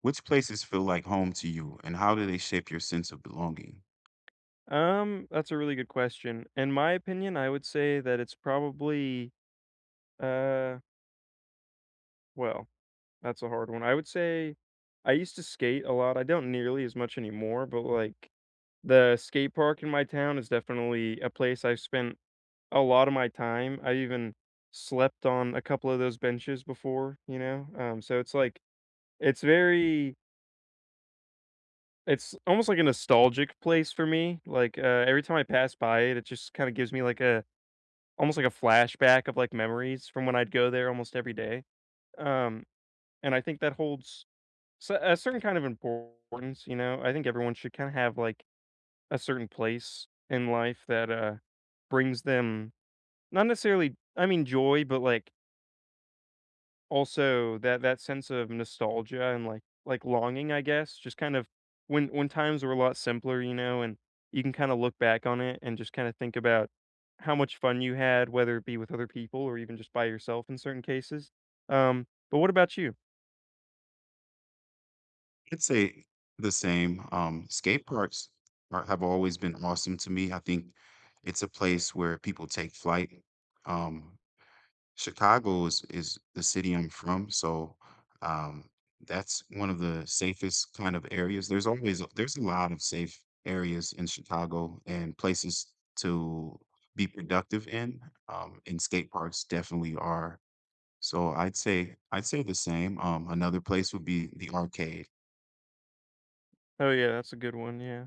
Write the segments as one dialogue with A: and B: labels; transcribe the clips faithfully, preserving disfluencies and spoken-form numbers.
A: Which places feel like home to you, and how do they shape your sense of belonging?
B: Um, that's a really good question. In my opinion, I would say that it's probably uh well, that's a hard one. I would say I used to skate a lot. I don't nearly as much anymore, but like the skate park in my town is definitely a place I've spent a lot of my time. I even slept on a couple of those benches before, you know? Um, so it's like it's very it's almost like a nostalgic place for me. Like uh every time I pass by it, it just kind of gives me like a almost like a flashback of, like, memories from when I'd go there almost every day, um, and I think that holds s a certain kind of importance, you know? I think everyone should kinda have, like, a certain place in life that, uh, brings them not necessarily, I mean, joy, but, like, also, that that sense of nostalgia and, like like, longing, I guess, just kind of when when times were a lot simpler, you know, and you can kinda look back on it and just kinda think about how much fun you had, whether it be with other people or even just by yourself in certain cases. Um, but what about you?
A: I'd say the same. Um, skate parks are, have always been awesome to me. I think it's a place where people take flight. Um, Chicago is is the city I'm from, so um, that's one of the safest kind of areas. There's always there's a lot of safe areas in Chicago and places to be productive in. Um, and skate parks definitely are. So I'd say I'd say the same. Um, another place would be the arcade.
B: Oh, yeah, that's a good one, yeah.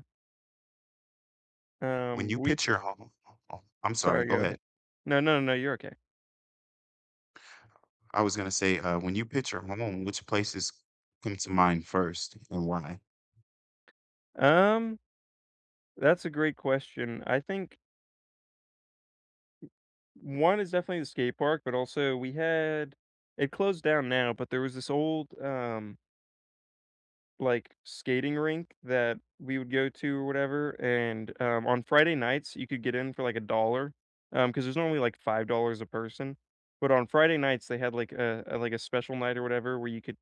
A: When
B: Um,
A: you
B: we
A: picture home, oh, I'm sorry,
B: sorry,
A: go
B: go ahead.
A: ahead.
B: No, no, no, you're okay.
A: I was gonna say, uh, when you picture home, which places come to mind first and why?
B: Um, that's a great question. I think one is definitely the skate park, but also we had it closed down now, but there was this old, um like, skating rink that we would go to or whatever, and, um, on Friday nights, you could get in for, like, a dollar, because there's normally, like, five dollars a person, but on Friday nights, they had, like, a a like, a special night or whatever where you could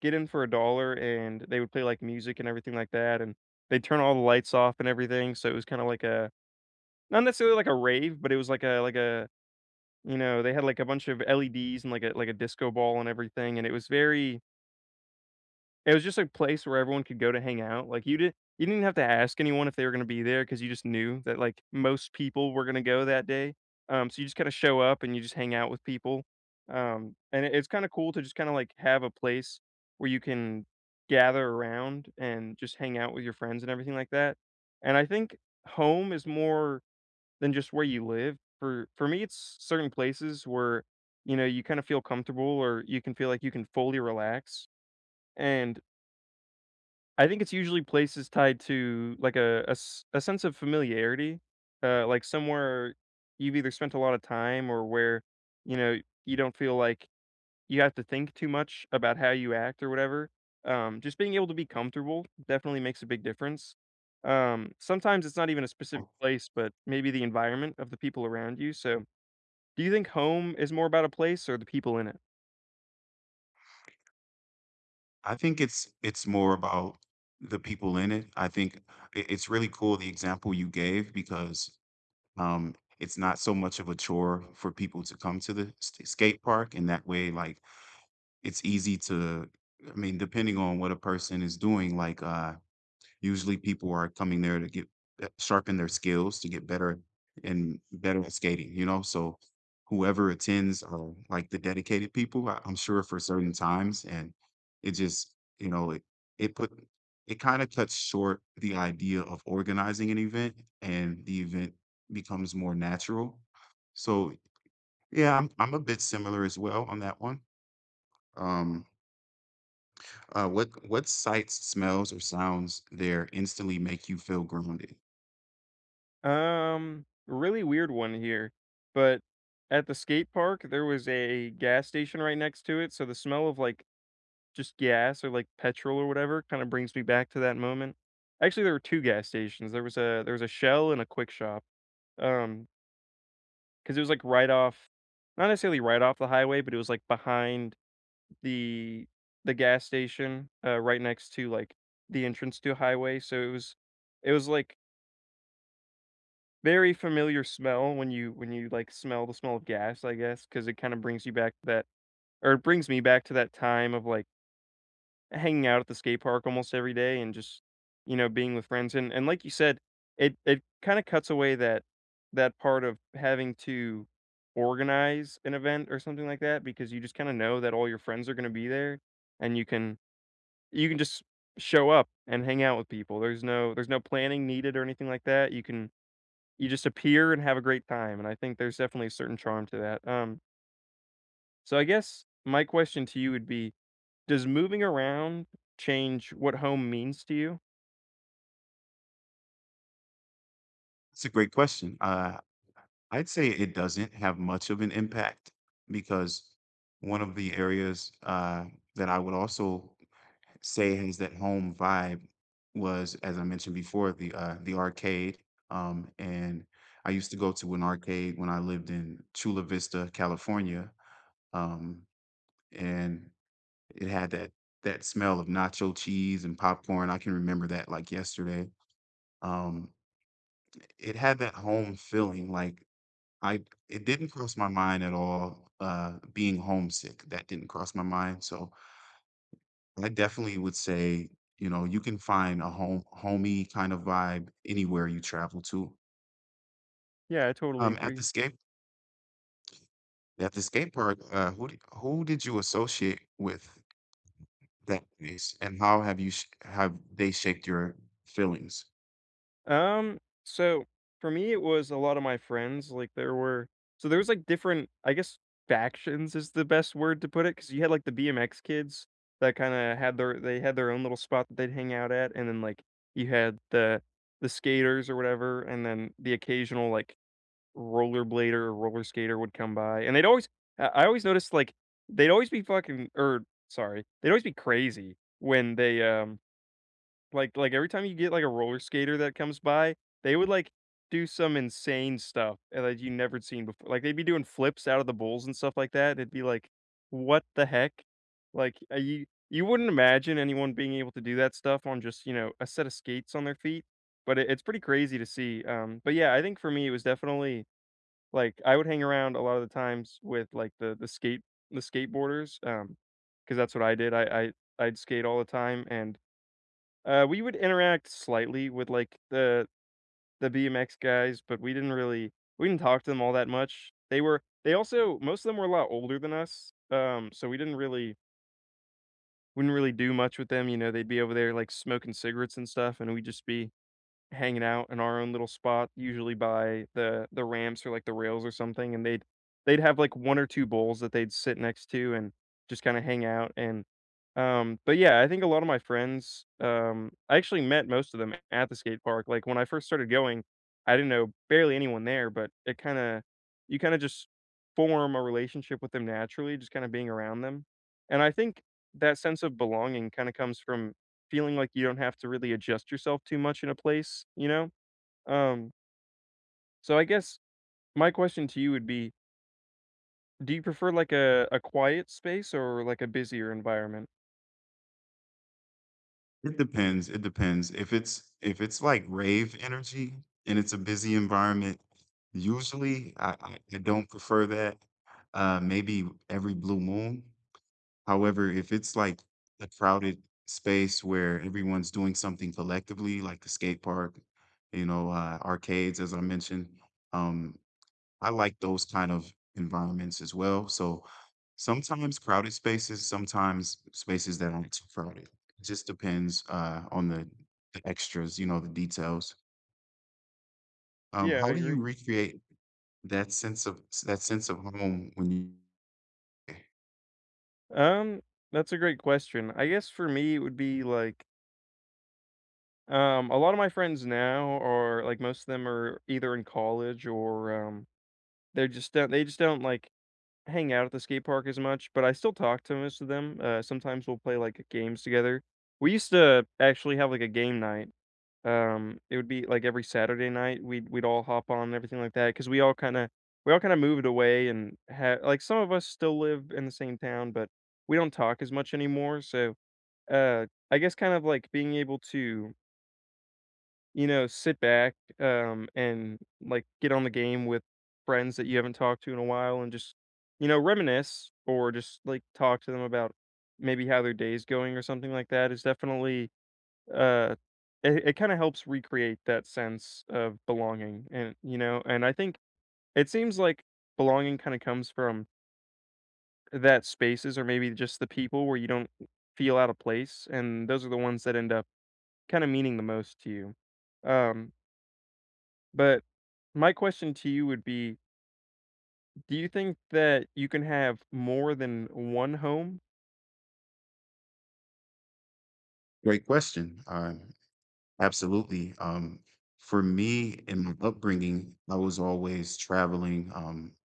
B: get in for a dollar and they would play, like, music and everything like that, and they'd turn all the lights off and everything, so it was kinda like a not necessarily like a rave, but it was like a like a you know, they had, like, a bunch of L E Ds and, like, a like, a disco ball and everything, and it was very it was just a place where everyone could go to hang out, like, you didn't you didn't have to ask anyone if they were gonna be there because you just knew that, like, most people were gonna go that day, um, so you just kinda show up and you just hang out with people, um, and it it's kinda cool to just kinda, like, have a place where you can gather around and just hang out with your friends and everything like that, and I think home is more than just where you live. For for me, it's certain places where, you know, you kinda feel comfortable or you can feel like you can fully relax, and I think it's usually places tied to, like, a a s a sense of familiarity, uh, like, somewhere you've either spent a lot of time or where, you know, you don't feel like you have to think too much about how you act or whatever. Um, just being able to be comfortable definitely makes a big difference. Um, sometimes it's not even a specific
A: Well,
B: place, but maybe the environment of the people around you, so do you think home is more about a place or the people in it?
A: I think it's it's more about the people in it. I think i- it's really cool the example you gave because um, it's not so much of a chore for people to come to the s- skate park, and that way, like, it's easy to. I mean, depending on what a person is doing, like, uh, usually people are coming there to get uh, sharpen their skills to get better and better at skating, you know? So whoever attends are like the dedicated people, I- I'm sure for certain times. And it just, you know, it, it put, it kind of cuts short the idea of organizing an event, and the event becomes more natural. So yeah, I'm, I'm a bit similar as well on that one. Um, uh, what what sights, smells, or sounds there instantly make you feel grounded?
B: Um, really weird one here, but at the skate park, there was a gas station right next to it, so the smell of, like, just gas or, like, petrol or whatever kinda brings me back to that moment. Actually, there were two gas stations. There was a there was a Shell and a Quick Shop. Um, because it was, like, right off not necessarily right off the highway, but it was, like, behind the the gas station, uh, right next to, like, the entrance to a highway, so it was it was, like, very familiar smell when you when you, like, smell the smell of gas, I guess, because it kinda brings you back to that or it brings me back to that time of, like, hanging out at the skate park almost every day and just, you know, being with friends, and and like you said, it it kinda cuts away that that part of having to organize an event or something like that because you just kinda know that all your friends are gonna be there, and you can you can just show up and hang out with people. There's no there's no planning needed or anything like that. You can you just appear and have a great time, and I think there's definitely a certain charm to that, um, so I guess my question to you would be, does moving around change what home means to you?
A: That's a great question. Uh, I'd say it doesn't have much of an impact because one of the areas uh, that I would also say has that home vibe was, as I mentioned before, the uh, the arcade. Um, and I used to go to an arcade when I lived in Chula Vista, California, um, and it had that that smell of nacho cheese and popcorn. I can remember that like yesterday. Um, it had that home feeling, like I it didn't cross my mind at all, uh, being homesick, that didn't cross my mind, so I definitely would say, you know, you can find a home homey kind of vibe anywhere you travel to.
B: Yeah, I totally
A: Um, at the
B: agree.
A: skate at the skate park, uh, who did who did you associate with that place, and how have you sh have they shaped your feelings?
B: Um, so for me, it was a lot of my friends, like, there were so there was, like, different, I guess, factions is the best word to put it because you had, like, the B M X kids that kinda had their they had their own little spot that they'd hang out at, and then, like, you had the the skaters or whatever, and then the occasional, like, rollerblader or roller skater would come by, and they'd always I I always noticed, like, they'd always be fucking, or sorry, they'd always be crazy when they, um like like, every time you get, like, a roller skater that comes by, they would, like, do some insane stuff and that you never seen before. Like, they'd be doing flips out of the bulls and stuff like that, it'd be like, "What the heck?" Like, uh, you you wouldn't imagine anyone being able to do that stuff on just, you know, a set of skates on their feet, but it it's pretty crazy to see, um, but yeah, I think for me, it was definitely like, I would hang around a lot of the times with, like, the the skate the skateboarders, um, because that's what I did. I I I'd skate all the time, and, uh, we would interact slightly with, like, the the B M X guys, but we didn't really we didn't talk to them all that much. They were they also most of them were a lot older than us, um, so we didn't really wouldn't really do much with them, you know, they'd be over there, like, smoking cigarettes and stuff, and we'd just be hanging out in our own little spot, usually by the the ramps or, like, the rails or something, and they'd they'd have, like, one or two bowls that they'd sit next to and just kinda hang out, and, um but, yeah, I think a lot of my friends, um, I actually met most of them at the skate park, like, when I first started going, I didn't know barely anyone there, but it kinda you kinda just form a relationship with them naturally, just kinda being around them, and I think that sense of belonging kinda comes from feeling like you don't have to really adjust yourself too much in a place, you know? Um, so I guess my question to you would be, do you prefer like a, a quiet space or like a busier environment?
A: It depends, it depends. If it's if it's like rave energy and it's a busy environment, usually I I I don't prefer that. Uh, maybe every blue moon. However, if it's like a crowded space where everyone's doing something collectively, like the skate park, you know, uh, arcades, as I mentioned, um, I like those kind of environments as well. So sometimes crowded spaces, sometimes spaces that aren't too crowded. It just depends uh, on the, the extras, you know, the details. Um,
B: Yeah, I
A: how do you
B: agree.
A: recreate that sense of that sense of home when you?
B: Um, that's a great question. I guess for me it would be like um a lot of my friends now are like most of them are either in college or um they're just don't they just don't like hang out at the skate park as much, but I still talk to most of them. Uh, sometimes we'll play like games together. We used to actually have like a game night. Um, it would be, like, every Saturday night, we'd we'd all hop on and everything like that because we all kinda we all kinda moved away and ha like, some of us still live in the same town, but we don't talk as much anymore, so, uh, I guess kind of, like, being able to, you know, sit back, um, and, like, get on the game with friends that you haven't talked to in a while and just, you know, reminisce or just, like, talk to them about maybe how their day's going or something like that is definitely, uh, it it kinda helps recreate that sense of belonging, and, you know, and I think it seems like belonging kinda comes from that spaces or maybe just the people where you don't feel out of place, and those are the ones that end up kinda meaning the most to you. Um, but my question to you would be, do you think that you can have more than one home?
A: Great question. Um, absolutely. Um, for me, in my upbringing, I was always traveling. Um,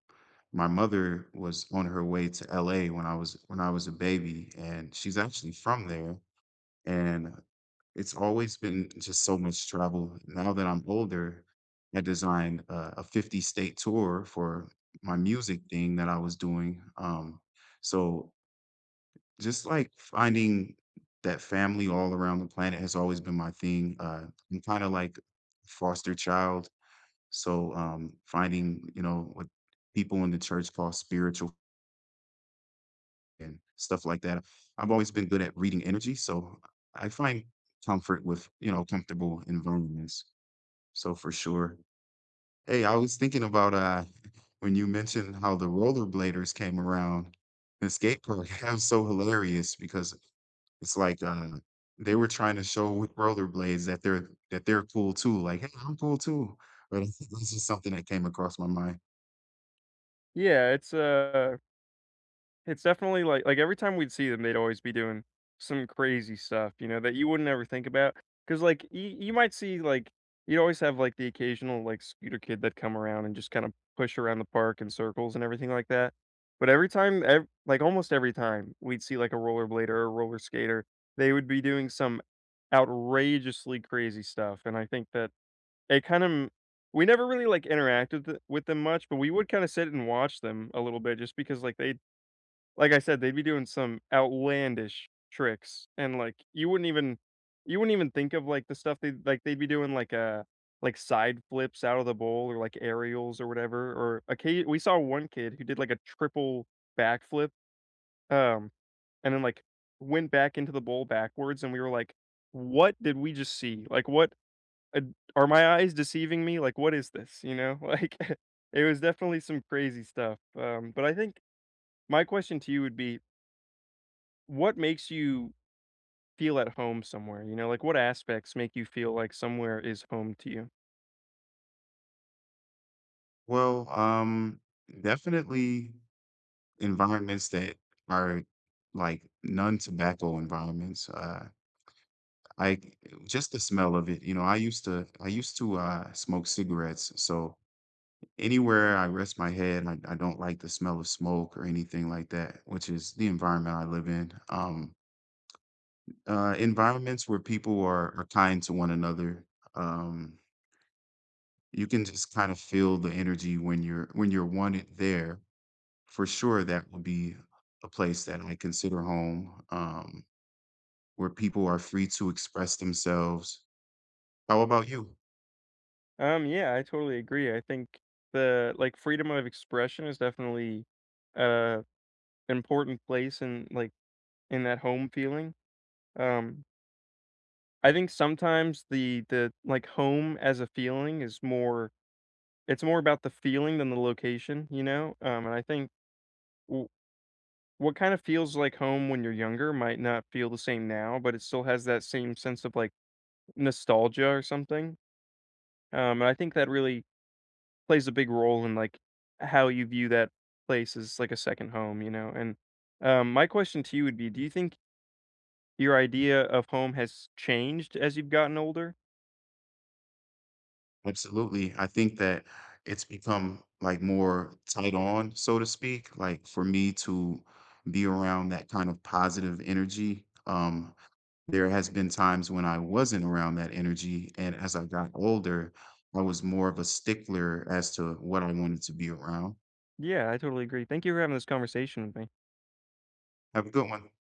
A: my mother was on her way to L A when I was when I was a baby, and she's actually from there. And it's always been just so much travel. Now that I'm older, I designed a, a fifty state tour for my music thing that I was doing. Um, so just like finding that family all around the planet has always been my thing. Uh, I'm kind of like foster child. So um, finding, you know, what people in the church call spiritual and stuff like that. I've always been good at reading energy, so I find comfort with, you know, comfortable environments. So for sure. Hey, I was thinking about uh when you mentioned how the rollerbladers came around the skate park. That was so hilarious because it's like uh they were trying to show with rollerblades that they're that they're cool too. Like, hey, I'm cool too. But this is something that came across my mind.
B: Yeah, it's, uh it's definitely like like, every time we'd see them, they'd always be doing some crazy stuff, you know, that you wouldn't ever think about. Because like, you you might see, like, you'd always have, like, the occasional, like, scooter kid that come around and just kinda push around the park in circles and everything like that, but every time ev like, almost every time we'd see, like, a rollerblader or a roller skater, they would be doing some outrageously crazy stuff, and I think that it kind of we never really, like, interacted th with them much, but we would kinda sit and watch them a little bit just because, like, they like I said, they'd be doing some outlandish tricks, and, like, you wouldn't even you wouldn't even think of, like, the stuff they like, they'd be doing, like, uh, like, side flips out of the bowl or, like, aerials or whatever, or a kid we saw one kid who did, like, a triple backflip, um, and then, like, went back into the bowl backwards, and we were like, "What did we just see? Like, what, uh, are my eyes deceiving me? Like, what is this?" You know? Like, it was definitely some crazy stuff, um, but I think my question to you would be, what makes you feel at home somewhere? You know, like what aspects make you feel like somewhere is home to you?
A: Well, um, definitely environments that are like non-tobacco environments. Uh, I just the smell of it. You know, I used to I used to uh, smoke cigarettes, so anywhere I rest my head, I, I don't like the smell of smoke or anything like that, which is the environment I live in. Um, uh, environments where people are are kind to one another. Um, you can just kind of feel the energy when you're when you're wanted there. For sure, that would be a place that I consider home. Um, where people are free to express themselves. How about you?
B: Um, yeah, I totally agree. I think the like freedom of expression is definitely, uh important place in like in that home feeling. Um, I think sometimes the the like home as a feeling is more it's more about the feeling than the location, you know? Um, and I think w- what kind of feels like home when you're younger might not feel the same now, but it still has that same sense of like nostalgia or something, um, and I think that really plays a big role in, like, how you view that place as, like, a second home, you know, and, um, my question to you would be, do you think your idea of home has changed as you've gotten older?
A: Absolutely. I think that it's become like more tight on, so to speak. Like for me to be around that kind of positive energy. Um, there has been times when I wasn't around that energy, and as I got older, I was more of a stickler as to what I wanted to be around.
B: Yeah, I totally agree. Thank you for having this conversation with me.
A: Have a good one.